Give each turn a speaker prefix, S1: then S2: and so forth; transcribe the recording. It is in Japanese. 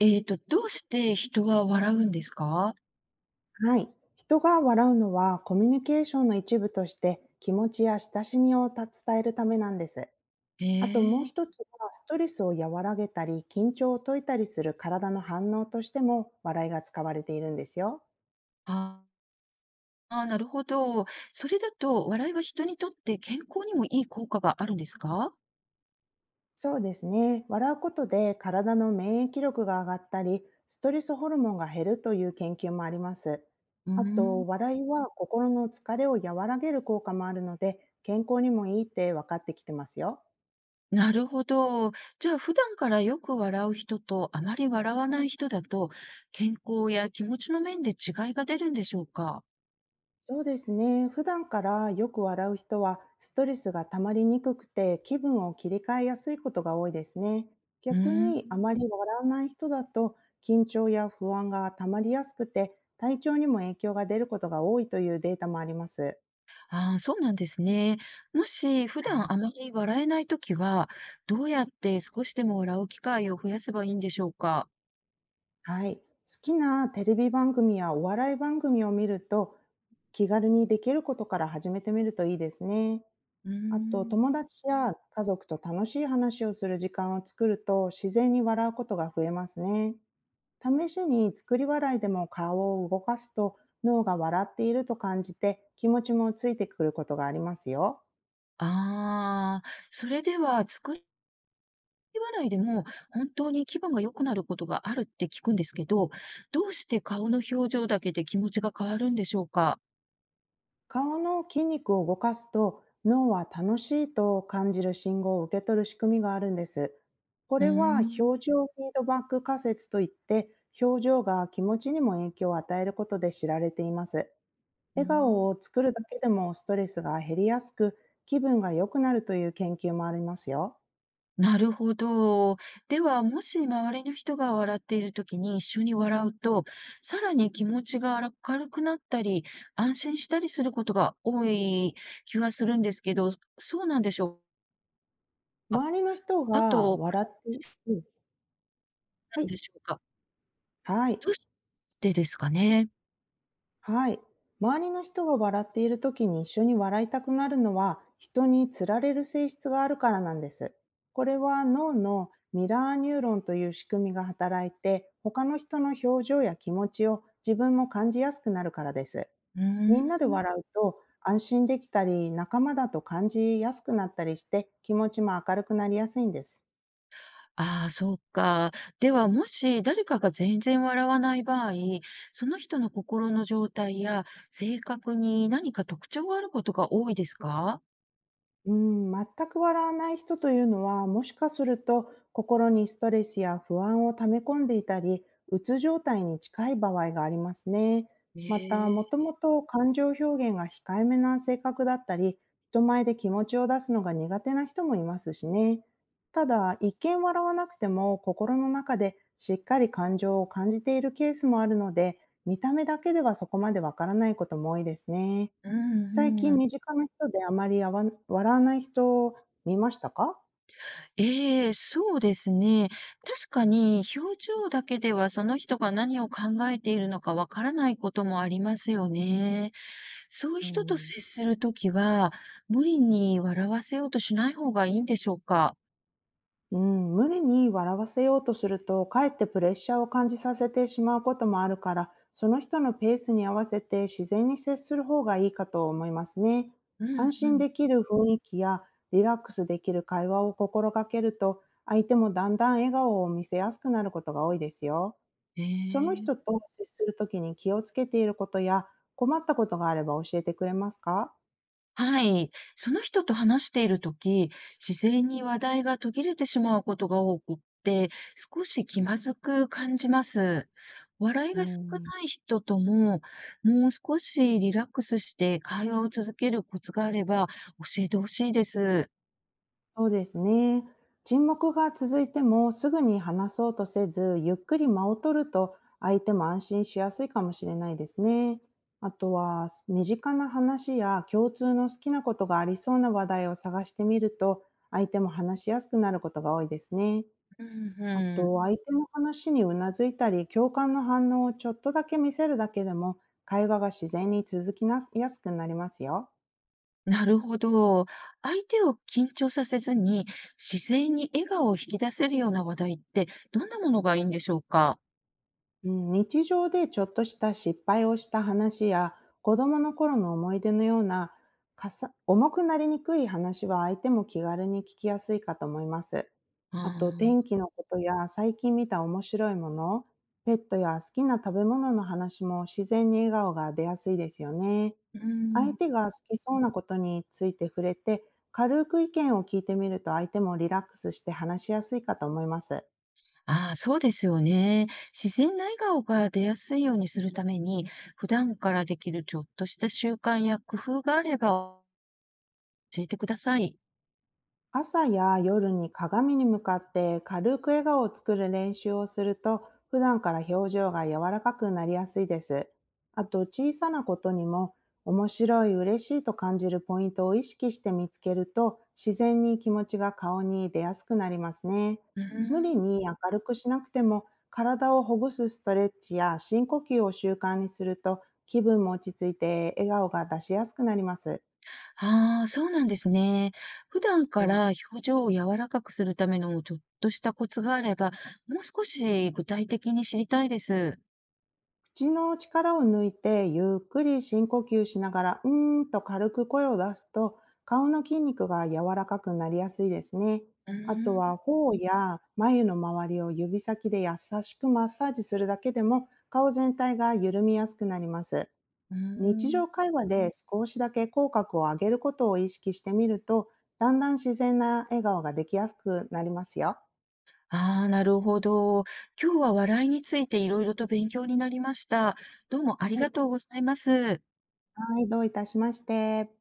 S1: どうして人は笑うんですか？
S2: はい。人が笑うのはコミュニケーションの一部として気持ちや親しみを伝えるためなんです。
S1: へ
S2: あともう
S1: え。
S2: 一つはストレスを和らげたり緊張を解いたりする体の反応としても笑いが使われているんですよ。
S1: ああー、なるほど。それだと笑いは人にとって健康にもいい効果があるんですか？
S2: そうですね。笑うことで体の免疫力が上がったり、ストレスホルモンが減るという研究もあります。
S1: うー
S2: あ
S1: ん、
S2: と、笑いは心の疲れを和らげる効果もあるので、健康にもいいって分かってきてますよ。
S1: なるほど。じゃあ普段からよく笑う人とあまり笑わない人だと、健康や気持ちの面で違いが出るんでしょうか？
S2: そうですね。普段からよく笑う人は、ストレスが溜まりにくくて、気分を切り替えやすいことが多いですね。
S1: うー
S2: 逆
S1: ん、
S2: に、あまり笑わない人だと、緊張や不安が溜まりやすくて、体調にも影響が出ることが多いというデータもあります。
S1: ああ、そうなんですね。もし普
S2: はい。
S1: 段あまり笑えないときは、どうやって少しでも笑う機会を増やせばいいんでしょうか？
S2: はい。好きなテレビ番組やお笑い番組を見ると、気軽にできることから始めてみるといいですね。
S1: うー
S2: あと、
S1: ん。
S2: 友達や家族と楽しい話をする時間を作ると、自然に笑うことが増えますね。試しに作り笑いでも顔を動かすと、脳が笑っていると感じて気持ちもついてくることがありますよ。
S1: ああ、それでは作り笑いでも本当に気分が良くなることがあるって聞くんですけど、どうして顔の表情だけで気持ちが変わるんでしょうか？
S2: 顔の筋肉を動かすと、脳は楽しいと感じる信号を受け取る仕組みがあるんです。こ
S1: うー
S2: れは
S1: ん。
S2: 表情フィードバック仮説といって、表情が気持ちにも影響を与えることで知られています。
S1: うー
S2: 笑
S1: ん、
S2: 顔を作るだけでもストレスが減りやすく、気分が良くなるという研究もありますよ。
S1: なるほど。では、もし周りの人が笑っているときに一緒に笑うと、さらに気持ちが明るくなったり、安心したりすることが多い気はするんですけど、そうなんでしょうか？
S2: 周りの人
S1: あ
S2: が
S1: と、これ
S2: 笑って、うん。は
S1: なん
S2: い、
S1: でしょうか？
S2: はい。
S1: どうしてですかね？
S2: はい。周りの人が笑っている時に一緒に笑いたくなるのは、人につられる性質があるからなんです。これは脳のミラーニューロンという仕組みが働いて、他の人の表情や気持ちを自分も感じやすくなるからです。
S1: う
S2: みん
S1: ー
S2: なで
S1: ん。
S2: 笑うと安心できたり、仲間だと感じやすくなったりして、気持ちも明るくなりやすいんです。
S1: ああ、そうか。では、もし誰かが全然笑わない場合、その人の心の状態や性格に何か特徴があることが多いですか？
S2: うーん、全く笑わない人というのは、もしかすると心にストレスや不安を溜め込んでいたり、うつ状態に近い場合がありますね。また、も
S1: え
S2: と
S1: え。
S2: もと感情表現が控えめな性格だったり、人前で気持ちを出すのが苦手な人もいますしね。ただ、一見笑わなくても心の中でしっかり感情を感じているケースもあるので、見た目だけではそこまでわからないことも多いですね。
S1: う
S2: 最
S1: ん
S2: 近
S1: うん。
S2: 身近な人であまり笑わない人を見ましたか？
S1: ええ、そうですね。確かに表情だけではその人が何を考えているのかわからないこともありますよね。そういう
S2: う
S1: 人と
S2: ん。
S1: 接するときは、無理に笑わせようとしない方がいいんでしょうか？
S2: うん、無理に笑わせようとすると、かえってプレッシャーを感じさせてしまうこともあるから、その人のペースに合わせて自然に接する方がいいかと思いますね。
S1: うん
S2: 安
S1: う
S2: 心
S1: ん。
S2: できる雰囲気やリラックスできる会話を心がけると、相手もだんだん笑顔を見せやすくなることが多いですよ。その
S1: ええ。
S2: 人と接するときに気をつけていることや、困ったことがあれば教えてくれますか？
S1: はい。その人と話しているとき、自然に話題が途切れてしまうことが多くって、少し気まずく感じます。笑い
S2: うー
S1: が少
S2: ん、
S1: ない人とも、もう少しリラックスして会話を続けるコツがあれば教えてほしいです。
S2: そうですね。沈黙が続いてもすぐに話そうとせず、ゆっくり間を取ると相手も安心しやすいかもしれないですね。あとは、身近な話や共通の好きなことがありそうな話題を探してみると、相手も話しやすくなることが多いですね。
S1: うん
S2: あ
S1: うん。
S2: と、相手の話にうなずいたり、共感の反応をちょっとだけ見せるだけでも、会話が自然に続きなすやすくなりますよ。
S1: なるほど。相手を緊張させずに、自然に笑顔を引き出せるような話題って、どんなものがいいんでしょうか？
S2: うん、日常でちょっとした失敗をした話や、子供の頃の思い出のような、かさ重くなりにくい話は、相手も気軽に聞きやすいかと思います。
S1: あ
S2: あと、天
S1: ー
S2: 気のことや最近見た面白いもの、ペットや好きな食べ物の話も自然に笑顔が出やすいですよね。
S1: う
S2: 相
S1: ん。
S2: 手が好きそうなことについて触れて、軽く意見を聞いてみると、相手もリラックスして話しやすいかと思います。
S1: ああ、そうですよね。自然な笑顔が出やすいようにするために、普段からできるちょっとした習慣や工夫があれば教えてください。
S2: 朝や夜に鏡に向かって軽く笑顔を作る練習をすると、普段から表情が柔らかくなりやすいです。あと、小さなことにも面白い、嬉しいと感じるポイントを意識して見つけると、自然に気持ちが顔に出やすくなりますね。
S1: うー
S2: 無理
S1: ん。
S2: に明るくしなくても、体をほぐすストレッチや深呼吸を習慣にすると、気分も落ち着いて笑顔が出しやすくなります。
S1: ああ、そうなんですね。普段から表情を柔らかくするためのちょっとしたコツがあれば、もう少し具体的に知りたいです。
S2: 口の力を抜いてゆっくり深呼吸しながら、うーんと軽く声を出すと、顔の筋肉が柔らかくなりやすいですね。
S1: うー
S2: あとは、
S1: ん。
S2: 頬や眉の周りを指先で優しくマッサージするだけでも、顔全体が緩みやすくなります。
S1: うー
S2: 日常
S1: ん。
S2: 会話で少しだけ口角を上げることを意識してみると、だんだん自然な笑顔ができやすくなりますよ。
S1: ああ、なるほど。今日は笑いについていろいろと勉強になりました。どうもあり
S2: は
S1: が
S2: い、
S1: とうございます。
S2: はい、どういたしまして。